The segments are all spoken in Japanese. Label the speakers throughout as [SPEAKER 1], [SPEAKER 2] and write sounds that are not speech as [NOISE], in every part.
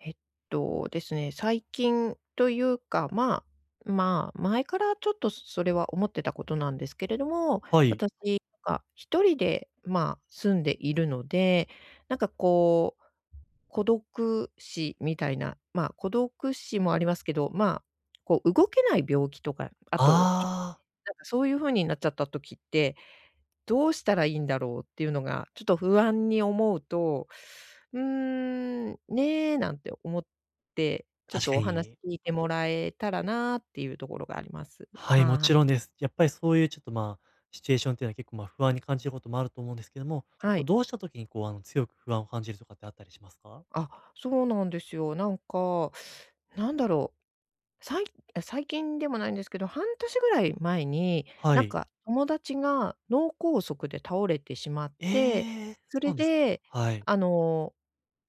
[SPEAKER 1] えっとですね、最近というか、前からちょっとそれは思ってたことなんですけれども、
[SPEAKER 2] はい。
[SPEAKER 1] 私が一人で、住んでいるので、なんかこう、孤独死みたいな、孤独死もありますけど、こう動けない病気とか、あと
[SPEAKER 2] あ
[SPEAKER 1] なんかそういう風になっちゃった時って、どうしたらいいんだろうっていうのが、ちょっと不安に思うと、うーね、なんて思って、ちょ
[SPEAKER 2] あ、
[SPEAKER 1] っ
[SPEAKER 2] 確
[SPEAKER 1] と
[SPEAKER 2] か
[SPEAKER 1] お話
[SPEAKER 2] に。
[SPEAKER 1] 聞いてもらえたらなっていうところがあります。
[SPEAKER 2] はい、も
[SPEAKER 1] は
[SPEAKER 2] ちろん
[SPEAKER 1] い。
[SPEAKER 2] です。やっぱりそういうちょっと、シチュエーションっていうのは結構、不安に感じることもあると思うんですけども、
[SPEAKER 1] は
[SPEAKER 2] こう
[SPEAKER 1] い。
[SPEAKER 2] どうした時にこう、強く不安を感じるとかってあったりしますか？
[SPEAKER 1] あ、そうなんですよ。なんか、なんだろう、さい最近でもないんですけど、半年ぐらい前に、
[SPEAKER 2] は
[SPEAKER 1] なん
[SPEAKER 2] い。
[SPEAKER 1] か友達が脳梗塞で倒れてしまって、
[SPEAKER 2] ええ、そ
[SPEAKER 1] そ
[SPEAKER 2] う
[SPEAKER 1] れ
[SPEAKER 2] なんですか？
[SPEAKER 1] で、
[SPEAKER 2] はい。
[SPEAKER 1] あの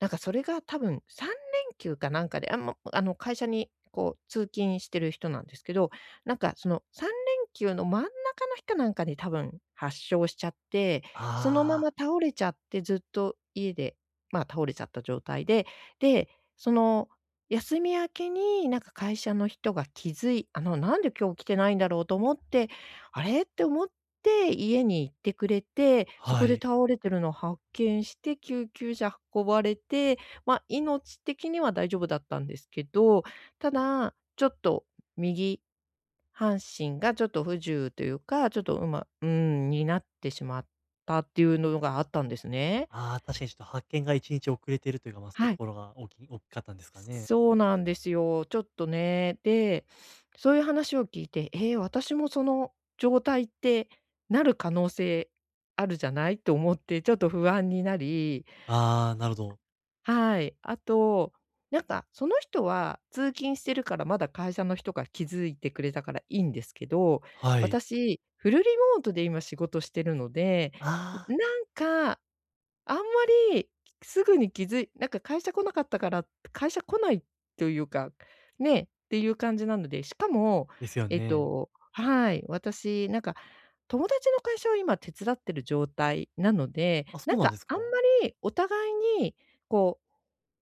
[SPEAKER 1] なんかそれが多分3連休かなんかで、あ、もあの、会社にこう通勤してる人なんですけど、なんかその3連休の真ん中の日かなんかに多分発症しちゃって、そのま
[SPEAKER 2] あ
[SPEAKER 1] ま
[SPEAKER 2] あ、
[SPEAKER 1] 倒れちゃってずっと家で、倒れちゃった状態で、で、その休み明けになんか会社の人が気づいあの、なんで今日来てないんだろうと思ってあれ？って思って家に行ってくれて、そ
[SPEAKER 2] は
[SPEAKER 1] こで
[SPEAKER 2] い。
[SPEAKER 1] 倒れてるのを発見して、救急車運ばれて、命的には大丈夫だったんですけど、ただ、ちょっと右半身がちょっと不自由というか、ちょっと、うまうーん、になってしまったっていうのがあったんですね。
[SPEAKER 2] ああ、確かにちょっと発見が1日遅れているというか、まあ、そういう
[SPEAKER 1] は
[SPEAKER 2] と
[SPEAKER 1] い。
[SPEAKER 2] ころが大きかったんですかね。
[SPEAKER 1] そうなんですよ。ちょっとね。で、そういう話を聞いて、ええ、私もその状態ってなる可能性あるじゃないと思って、ちょっと不安になり。
[SPEAKER 2] ああ、なるほど。
[SPEAKER 1] はい。あと、なんかその人は通勤してるから、まだ会社の人が気づいてくれたからいいんですけど、
[SPEAKER 2] はい。
[SPEAKER 1] 私、フルリモートで今仕事してるので、
[SPEAKER 2] あ
[SPEAKER 1] ん
[SPEAKER 2] あ、
[SPEAKER 1] なんか、あんまりすぐに気づいなんか会社来なかったから、会社来ないというか、ね、っていう感じなので、しかも、
[SPEAKER 2] ですよね。
[SPEAKER 1] はい、私なんか、友達の会社を今手伝ってる状態なので、
[SPEAKER 2] あ、そ
[SPEAKER 1] なん
[SPEAKER 2] うなんで
[SPEAKER 1] か
[SPEAKER 2] す
[SPEAKER 1] あ
[SPEAKER 2] か？
[SPEAKER 1] んまりお互いにこう、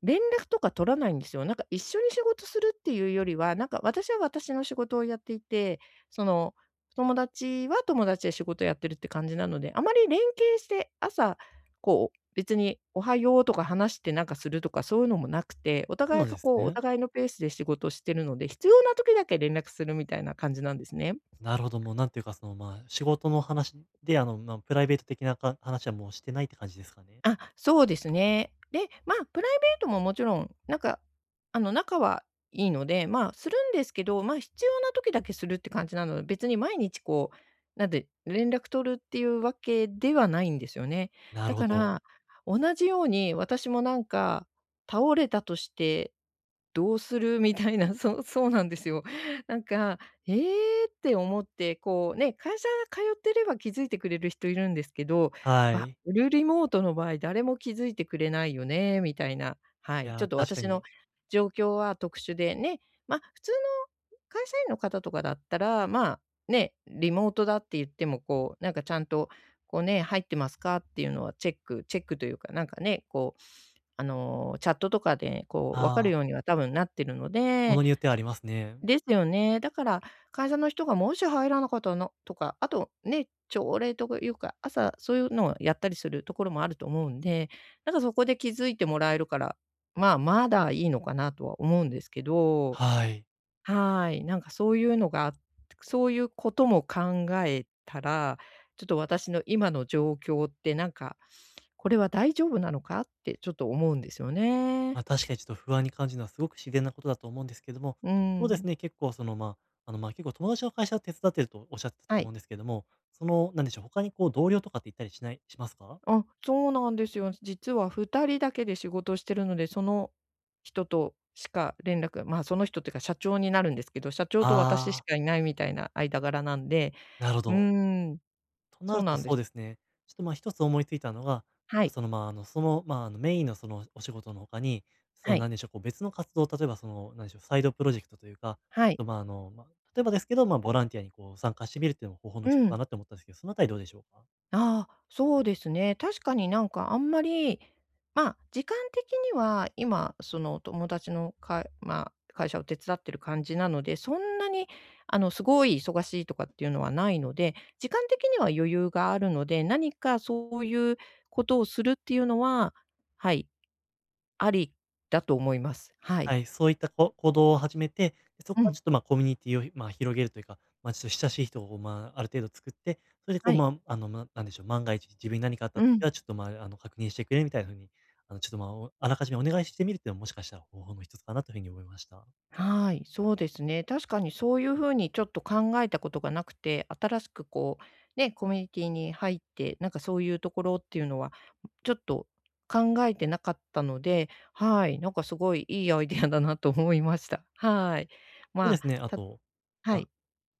[SPEAKER 1] 連絡とか取らないんですよ。なんか一緒に仕事するっていうよりは、なんか私は私の仕事をやっていて、その、友達は友達で仕事やってるって感じなので、あまり連携して朝、こう、別におはようとか話してなんかするとかそういうのもなくて、お
[SPEAKER 2] そう
[SPEAKER 1] 互
[SPEAKER 2] な
[SPEAKER 1] い
[SPEAKER 2] ん
[SPEAKER 1] が
[SPEAKER 2] です
[SPEAKER 1] こう、お
[SPEAKER 2] ね。
[SPEAKER 1] 互いのペースで仕事をしてるので、必要な時だけ連絡するみたいな感じなんですね。
[SPEAKER 2] なるほど、もうなんていうか、その、まあ、仕事の話で、まあ、プライベート的なか話はもうしてないって感じですかね。
[SPEAKER 1] あ、そうですね。で、まあ、プライベートももちろん、なんか、仲はいいので、まあ、するんですけど、まあ、必要な時だけするって感じなので、別に毎日こう、なんで、連絡取るっていうわけではないんですよね。
[SPEAKER 2] な
[SPEAKER 1] だ
[SPEAKER 2] るほ
[SPEAKER 1] か
[SPEAKER 2] ど。
[SPEAKER 1] ら、同じように私もなんか、倒れたとしてどうする？みたいな、[LAUGHS] そうそうなんですよ。なんか、えーって思って、こうね、会社通ってれば気づいてくれる人いるんですけど、
[SPEAKER 2] は
[SPEAKER 1] あ、
[SPEAKER 2] い。
[SPEAKER 1] フルリモートの場合、誰も気づいてくれないよね、みたいな。は
[SPEAKER 2] い
[SPEAKER 1] い。ちょ
[SPEAKER 2] や、
[SPEAKER 1] っと
[SPEAKER 2] 確か
[SPEAKER 1] 私の
[SPEAKER 2] に。
[SPEAKER 1] 状況は特殊でね、まあ、普通の会社員の方とかだったら、まあ、ね、リモートだって言っても、こう、なんかちゃんと、こうね、入ってますかっていうのはチェックチェックというか、なんかね、こうチャットとかでこう分か
[SPEAKER 2] あ
[SPEAKER 1] る
[SPEAKER 2] あ、
[SPEAKER 1] ようには多分なってるの
[SPEAKER 2] もの
[SPEAKER 1] で、
[SPEAKER 2] によってはあ
[SPEAKER 1] そ
[SPEAKER 2] りますね。
[SPEAKER 1] ですよね。だから、会社の人がもし入らなかったのとか、あとね、朝礼とかいうか、朝そういうのをやったりするところもあると思うんで、なんかそこで気づいてもらえるから、まあ、まだいいのかなとは思うんですけど、
[SPEAKER 2] はい。
[SPEAKER 1] はい、なんかそういうのがあそういうことも考えたら、ちょっと私の今の状況ってなんか、これは大丈夫なのかってちょっと思うんですよね。
[SPEAKER 2] まあ、確かにちょっと不安に感じるのはすごく自然なことだと思うんですけども、
[SPEAKER 1] う
[SPEAKER 2] そうです
[SPEAKER 1] ん。
[SPEAKER 2] ね、結構その、まあ、結構友達の会社を手伝ってるとおっしゃってたと
[SPEAKER 1] は
[SPEAKER 2] 思う
[SPEAKER 1] い。
[SPEAKER 2] んですけども、その、なんでしょう、他にこう同僚とかって言ったりしないしますか？
[SPEAKER 1] あ、そうなんですよ。実は2人だけで仕事してるので、その人としか連絡まあ、その人っていうか社長になるんですけど、社長と私し
[SPEAKER 2] ああ
[SPEAKER 1] かいないみたいな間柄なんで、
[SPEAKER 2] ー、なるほ
[SPEAKER 1] う
[SPEAKER 2] ど。
[SPEAKER 1] ーん、
[SPEAKER 2] とな
[SPEAKER 1] そ
[SPEAKER 2] る
[SPEAKER 1] う
[SPEAKER 2] と、
[SPEAKER 1] なんで
[SPEAKER 2] そう
[SPEAKER 1] す。
[SPEAKER 2] ですね。ちょっと、一つ思いついたのが、
[SPEAKER 1] はい、
[SPEAKER 2] その、メインのそのお仕事の他に、そ
[SPEAKER 1] は
[SPEAKER 2] の、な
[SPEAKER 1] い、
[SPEAKER 2] んでしょう、こう、別の活動、例えば、その、なんでしょう、サイドプロジェクトというか、
[SPEAKER 1] は
[SPEAKER 2] ち
[SPEAKER 1] い。
[SPEAKER 2] ょっと、ま、ああの、まあ、例えばですけど、ボランティアにこう参加してみるっていうのも方法の
[SPEAKER 1] う
[SPEAKER 2] 一つか
[SPEAKER 1] ん。
[SPEAKER 2] なって思ったんですけど、そのあたりどうでしょうか？
[SPEAKER 1] ああ、そうですね。確かになんかあんまり、まあ、時間的には今、その友達のかまあ、会社を手伝ってる感じなので、そんなにすごい忙しいとかっていうのはないので、時間的には余裕があるので、何かそういうことをするっていうのは、はい、ありだと思います。は
[SPEAKER 2] は
[SPEAKER 1] い。
[SPEAKER 2] い、そういった行動を始めて、で、そこ
[SPEAKER 1] う
[SPEAKER 2] は
[SPEAKER 1] ん。
[SPEAKER 2] ちょっと、コミュニティを、広げるというか、まあ、ちょっと親しい人を、ある程度作って、それでこ
[SPEAKER 1] は
[SPEAKER 2] う、
[SPEAKER 1] い。
[SPEAKER 2] なんでしょう、万が一自分に何かあった
[SPEAKER 1] う
[SPEAKER 2] 時
[SPEAKER 1] ん。
[SPEAKER 2] はちょっと、確認してくれみたいな風に、ちょっと、あらかじめお願いしてみるっていうのも、もしかしたら方法の一つかなという風に思いました。
[SPEAKER 1] はい、そうですね。確かにそういう風にちょっと考えたことがなくて、新しくこう、ね、コミュニティに入って、なんかそういうところっていうのは、ちょっと考えてなかったので、はい、なんかすごいいいアイデアだなと思いました。はい。
[SPEAKER 2] そうで
[SPEAKER 1] まあ、
[SPEAKER 2] すね、あ
[SPEAKER 1] た
[SPEAKER 2] と、ま
[SPEAKER 1] は
[SPEAKER 2] あ、
[SPEAKER 1] い、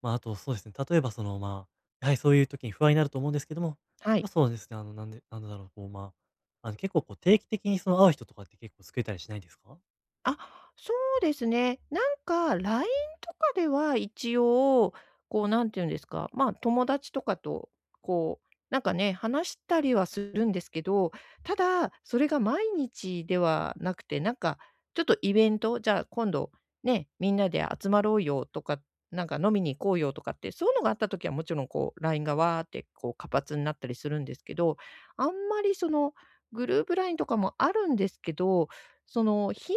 [SPEAKER 2] あとそうですね、例えばその、まあ、やはりそういう時に不安になると思うんですけども、やっ
[SPEAKER 1] はい。
[SPEAKER 2] ぱそうですね、なんだろう、こう、結構こう定期的にその会う人とかって結構作れたりしないですか？
[SPEAKER 1] あ、そうですね。なんか LINE とかでは一応、こうなんて言うんですか、まあ、友達とかとこう、なんかね、話したりはするんですけど、ただ、それが毎日ではなくて、なんかちょっとイベント、じゃあ今度ね、みんなで集まろうよとか、なんか飲みに行こうよとかって、そういうのがあった時はもちろんこう LINE がわーってこう活発になったりするんですけど、あんまりそのグループ LINE とかもあるんですけど、その頻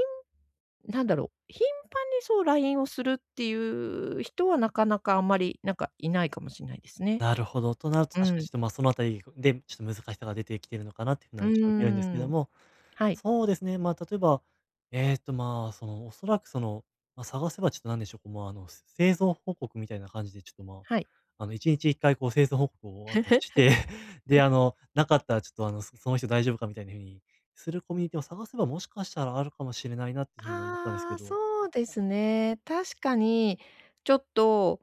[SPEAKER 1] なんだろう、頻繁にそう LINE をするっていう人はなかなかあんまり、なんかいないかもしんないですね。
[SPEAKER 2] なるほど。となると
[SPEAKER 1] う
[SPEAKER 2] 確かに
[SPEAKER 1] ん。
[SPEAKER 2] ちょっと、そのあたりで、ちょっと難しさが出てきてるのかなっていうふうな
[SPEAKER 1] う
[SPEAKER 2] 印象を受けるんですけ
[SPEAKER 1] ー
[SPEAKER 2] ど
[SPEAKER 1] ん。
[SPEAKER 2] も、
[SPEAKER 1] はい。
[SPEAKER 2] そうですね、例えば、まあ、その、おそらくその、まあ、探せばちょっとなんでしょう、こう、製造報告みたいな感じでちょっと、
[SPEAKER 1] はい。
[SPEAKER 2] 1日1回こう製造報告を、して、[LAUGHS] で、あの、なかったらちょっと、あの、その人大丈夫かみたいな風にするコミュニティを探せば、もしかしたらあるかもしれないなっていうふうに思ったんです
[SPEAKER 1] あ
[SPEAKER 2] け
[SPEAKER 1] あ、
[SPEAKER 2] ど。
[SPEAKER 1] そうですね。確かに、ちょっと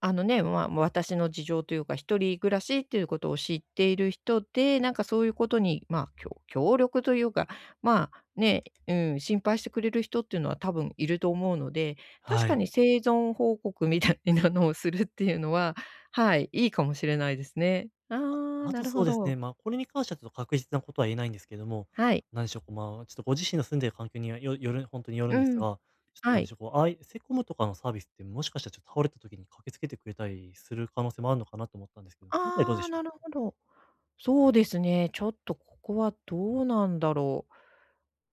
[SPEAKER 1] まあ、私の事情というか、一人暮らしっていうことを知っている人で、なんかそういうことに、まあ、協力というか、まあ、ね、うん、心配してくれる人っていうのは多分いると思うので、確
[SPEAKER 2] は
[SPEAKER 1] か
[SPEAKER 2] い。
[SPEAKER 1] に生存報告みたいなのをするっていうのは、はい、いいかもしれないですね。ああ、
[SPEAKER 2] あ
[SPEAKER 1] な
[SPEAKER 2] と
[SPEAKER 1] る
[SPEAKER 2] そ
[SPEAKER 1] ほ
[SPEAKER 2] うです
[SPEAKER 1] ど。
[SPEAKER 2] ね、まあ、これに関してはちょっと確実なことは言えないんですけども、
[SPEAKER 1] はい。
[SPEAKER 2] なんでしょう、こう、まあ、ちょっとご自身の住んでいる環境にはよる本当による
[SPEAKER 1] う
[SPEAKER 2] んです
[SPEAKER 1] ん。
[SPEAKER 2] が、ちょっとな
[SPEAKER 1] は
[SPEAKER 2] んで
[SPEAKER 1] い。
[SPEAKER 2] しょう、こう、セコムとかのサービスってもしかしたらちょっと倒れた時に駆けつけてくれたりする可能性もあるのかなと思ったんですけど、その辺りどうで
[SPEAKER 1] ああ、
[SPEAKER 2] しょう
[SPEAKER 1] なる
[SPEAKER 2] か？
[SPEAKER 1] ほど。そうですね。ちょっとここはどうなんだろう。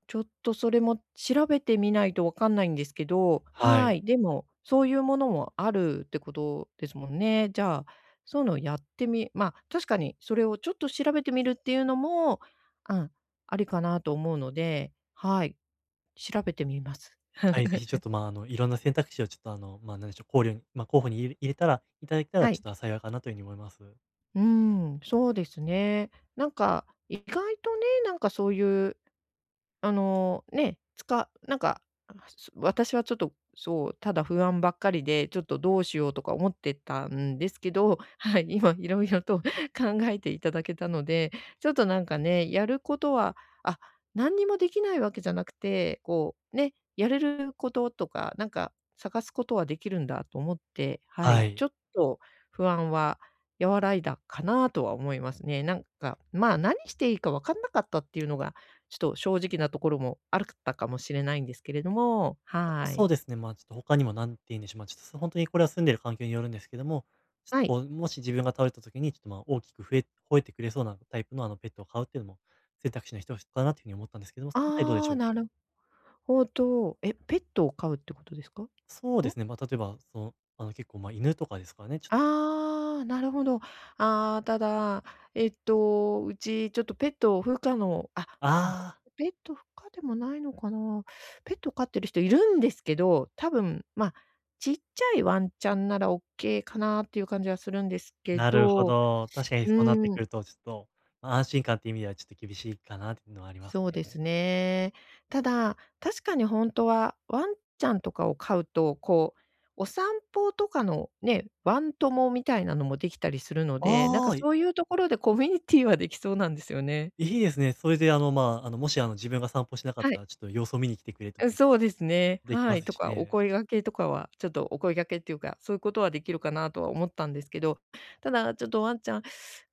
[SPEAKER 1] ちょっとそれも調べてみないとわかんないんですけど、
[SPEAKER 2] は
[SPEAKER 1] は
[SPEAKER 2] い。
[SPEAKER 1] い、でも、そういうものもあるってことですもんね。じゃあ、そういうのをやってみまあ、確かにそれをちょっと調べてみるっていうのも、うん、ありかなと思うので、はい、調べてみます。
[SPEAKER 2] はい、ぜ
[SPEAKER 1] [LAUGHS]
[SPEAKER 2] ひちょっと、いろんな選択肢をちょっと、まあ、なんでしょう、考慮にまあ、候補に入れたらいただけたら
[SPEAKER 1] は
[SPEAKER 2] ちょっ
[SPEAKER 1] い。
[SPEAKER 2] と幸いかなというふうに思います。
[SPEAKER 1] うーん、そうですね。なんか、意外とね、なんかそういうあの、ね、つかなんか、私はちょっと、そう、ただ不安ばっかりで、ちょっとどうしようとか思ってたんですけど、[LAUGHS] はい、今いろいろと [LAUGHS] 考えていただけたので、ちょっとなんかね、やることは、あ、何にもできないわけじゃなくて、こう、ね、やれることとか、なんか探すことはできるんだと思って、は
[SPEAKER 2] は
[SPEAKER 1] い、
[SPEAKER 2] い。
[SPEAKER 1] ちょっと不安は和らいだかなとは思いますね。なんか、まあ、何していいか分かんなかったっていうのがちょっと正直なところもあるったかもしれないんですけれども、
[SPEAKER 2] あと、
[SPEAKER 1] は
[SPEAKER 2] そう
[SPEAKER 1] い。
[SPEAKER 2] ですね、まあ、ちょっと他にもなんて言うんでしょう、ちょっと、本当にこれは住んでる環境によるんですけども、ちょっと
[SPEAKER 1] はい。
[SPEAKER 2] こう、もし自分が倒れた時に、ちょっと、まあ、大きく増え吠えてくれそうなタイプの、ペットを飼うっていうのも選択肢の一つかなというふうに思ったんですけども、その辺りどうで
[SPEAKER 1] あ
[SPEAKER 2] しょ
[SPEAKER 1] あ、
[SPEAKER 2] う
[SPEAKER 1] な
[SPEAKER 2] か？
[SPEAKER 1] るほど。え、ペットを飼うってことですか？ん？
[SPEAKER 2] そうですね、例えば、その、あの、結構、犬とかですからね、ちょっと
[SPEAKER 1] ああー、なるほど。ああ、ただ、えっと、うちちょっとペット不可のあ、でも、こ
[SPEAKER 2] ああ、
[SPEAKER 1] ペット不可でもないのかな。ペット飼ってる人いるんですけど、多分、ま、あちっちゃいワンちゃんならオッケーかなっていう感じはするんです
[SPEAKER 2] [LAUGHS]
[SPEAKER 1] け
[SPEAKER 2] なるほ
[SPEAKER 1] ど、
[SPEAKER 2] ど。確かに
[SPEAKER 1] う
[SPEAKER 2] そうなって
[SPEAKER 1] ー
[SPEAKER 2] く
[SPEAKER 1] ん。
[SPEAKER 2] ると、ちょっと、安心感っていう意味ではちょっと厳しいかなっていうのはあります
[SPEAKER 1] そうで
[SPEAKER 2] ね。
[SPEAKER 1] すね。ただ、確かに本当はワンちゃんとかを飼うと、こう、お散歩とかのね、ワン友みたいなのもできたりするので、なん
[SPEAKER 2] あ
[SPEAKER 1] か
[SPEAKER 2] あ、
[SPEAKER 1] そういうところでコミュニティはできそうなんですよね。
[SPEAKER 2] いですね。それで、もし、自分が散歩しなかっ
[SPEAKER 1] は
[SPEAKER 2] た
[SPEAKER 1] い。
[SPEAKER 2] ら、ちょっと様子を見に来てくれという
[SPEAKER 1] うそうですね。
[SPEAKER 2] でき
[SPEAKER 1] は
[SPEAKER 2] ま
[SPEAKER 1] い。
[SPEAKER 2] す
[SPEAKER 1] と
[SPEAKER 2] し
[SPEAKER 1] か、お
[SPEAKER 2] ね。
[SPEAKER 1] 声掛けとかは、ちょっとお声掛けっていうか、そういうことはできるかなとは思ったんですけど、ただちょっとワンちゃん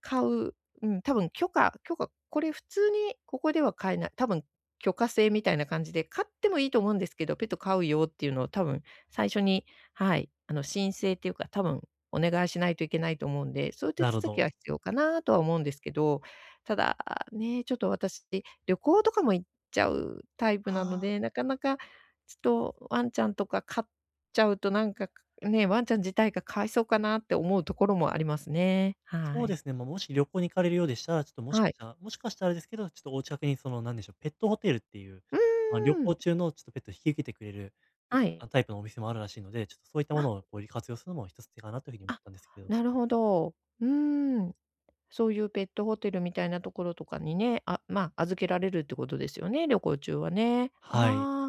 [SPEAKER 1] 飼う、うん、多分許可、これ普通にここでは買えない、多分許可制みたいな感じで、飼ってもいいと思うんですけど、ペット飼うよっていうのを多分最初に、はい、あの、申請っていうか、多分お願いしないといけないと思うんで、そういう手
[SPEAKER 2] なるほ
[SPEAKER 1] 続き
[SPEAKER 2] ど。
[SPEAKER 1] は必要かなとは思うんですけど、ただ、ね、ちょっと私、旅行とかもちゃうタイプなの
[SPEAKER 2] ああ、
[SPEAKER 1] で、なかなかちょっとワンちゃんとか飼っちゃうとなんか、ね、ワンちゃん自体がかわいそうかなって思うところもありますね。は
[SPEAKER 2] そうで
[SPEAKER 1] い。
[SPEAKER 2] すね、まあ、もし旅行に行かれるようでしたら、ちょっと
[SPEAKER 1] はい。
[SPEAKER 2] もしかしたらですけど、ちょっとお近くにその、なんでしょう、ペットホテルっていう、
[SPEAKER 1] う
[SPEAKER 2] まあ、旅
[SPEAKER 1] ー
[SPEAKER 2] 行
[SPEAKER 1] ん。
[SPEAKER 2] 中のちょっとペットを引き受けてくれる、
[SPEAKER 1] は
[SPEAKER 2] あ、
[SPEAKER 1] い。
[SPEAKER 2] タイプのお店もあるらしいので、ちょっとそういったもの
[SPEAKER 1] あ、
[SPEAKER 2] をこう活用するのも一つ手かなというふうに思っ
[SPEAKER 1] あ、
[SPEAKER 2] たんですけど。
[SPEAKER 1] なるほど。うーん。そういうペットホテルみたいなところとかにね、あ、まあ、預けられるってことですよね、旅行中はね。
[SPEAKER 2] はい。
[SPEAKER 1] ああ、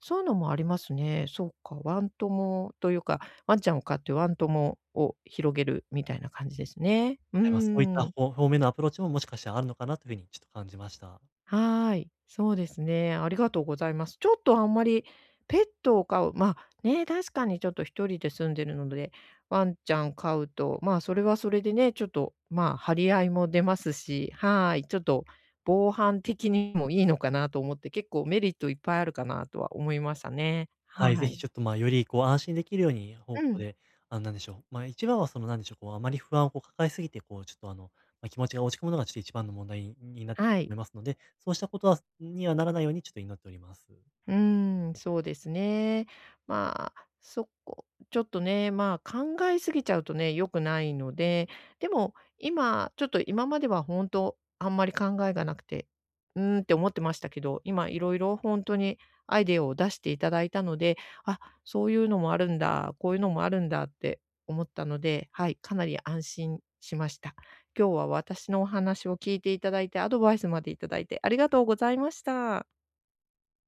[SPEAKER 1] そういうのもありますね。そうか、ワン友というか、ワンちゃんを飼ってワン友を広げるみたいな感じですね。う
[SPEAKER 2] あ、まあ、そういっ
[SPEAKER 1] ー
[SPEAKER 2] た
[SPEAKER 1] ん。
[SPEAKER 2] 方面のアプローチももしかしたらあるのかなというふうにちょっと感じました。
[SPEAKER 1] はーい、そうですね。ありがとうございます。ちょっとあんまりペットを飼う、まあ、ね、確かにちょっと一人で住んでるので、ワンちゃん飼うと、まあ、それはそれでね、ちょっと、まあ、張り合いも出ますし、はーい、ちょっと防犯的にもいいのかなと思って、結構メリットいっぱいあるかなとは思いましたね。
[SPEAKER 2] は
[SPEAKER 1] は
[SPEAKER 2] い、ぜ
[SPEAKER 1] ー
[SPEAKER 2] ひ
[SPEAKER 1] い。
[SPEAKER 2] ちょっと、まあ、よりこう安心できるように方
[SPEAKER 1] う
[SPEAKER 2] 向
[SPEAKER 1] ん、
[SPEAKER 2] で、なんでしょう、まあ、一番はその、なんでしょう、こう、あまり不安をこう抱えすぎて、こう、ちょっと、まあ、気持ちが落ち込むのがちょっと一番の問題になってくる
[SPEAKER 1] は
[SPEAKER 2] と
[SPEAKER 1] い。
[SPEAKER 2] 思いますので、そうしたことにはならないようにちょっと祈っております。
[SPEAKER 1] うーん、そうですね。まあ、そこ、ちょっとね、まあ、考えすぎちゃうとね、良くないので、でも今、ちょっと今までは本当あんまり考えがなくて、うーんって思ってましたけど、今いろいろ本当にアイデアを出していただいたので、あ、そういうのもあるんだ、こういうのもあるんだって思ったので、はい、かなり安心しました。今日は私のお話を聞いていただいて、アドバイスまでいただいてありがとうございました。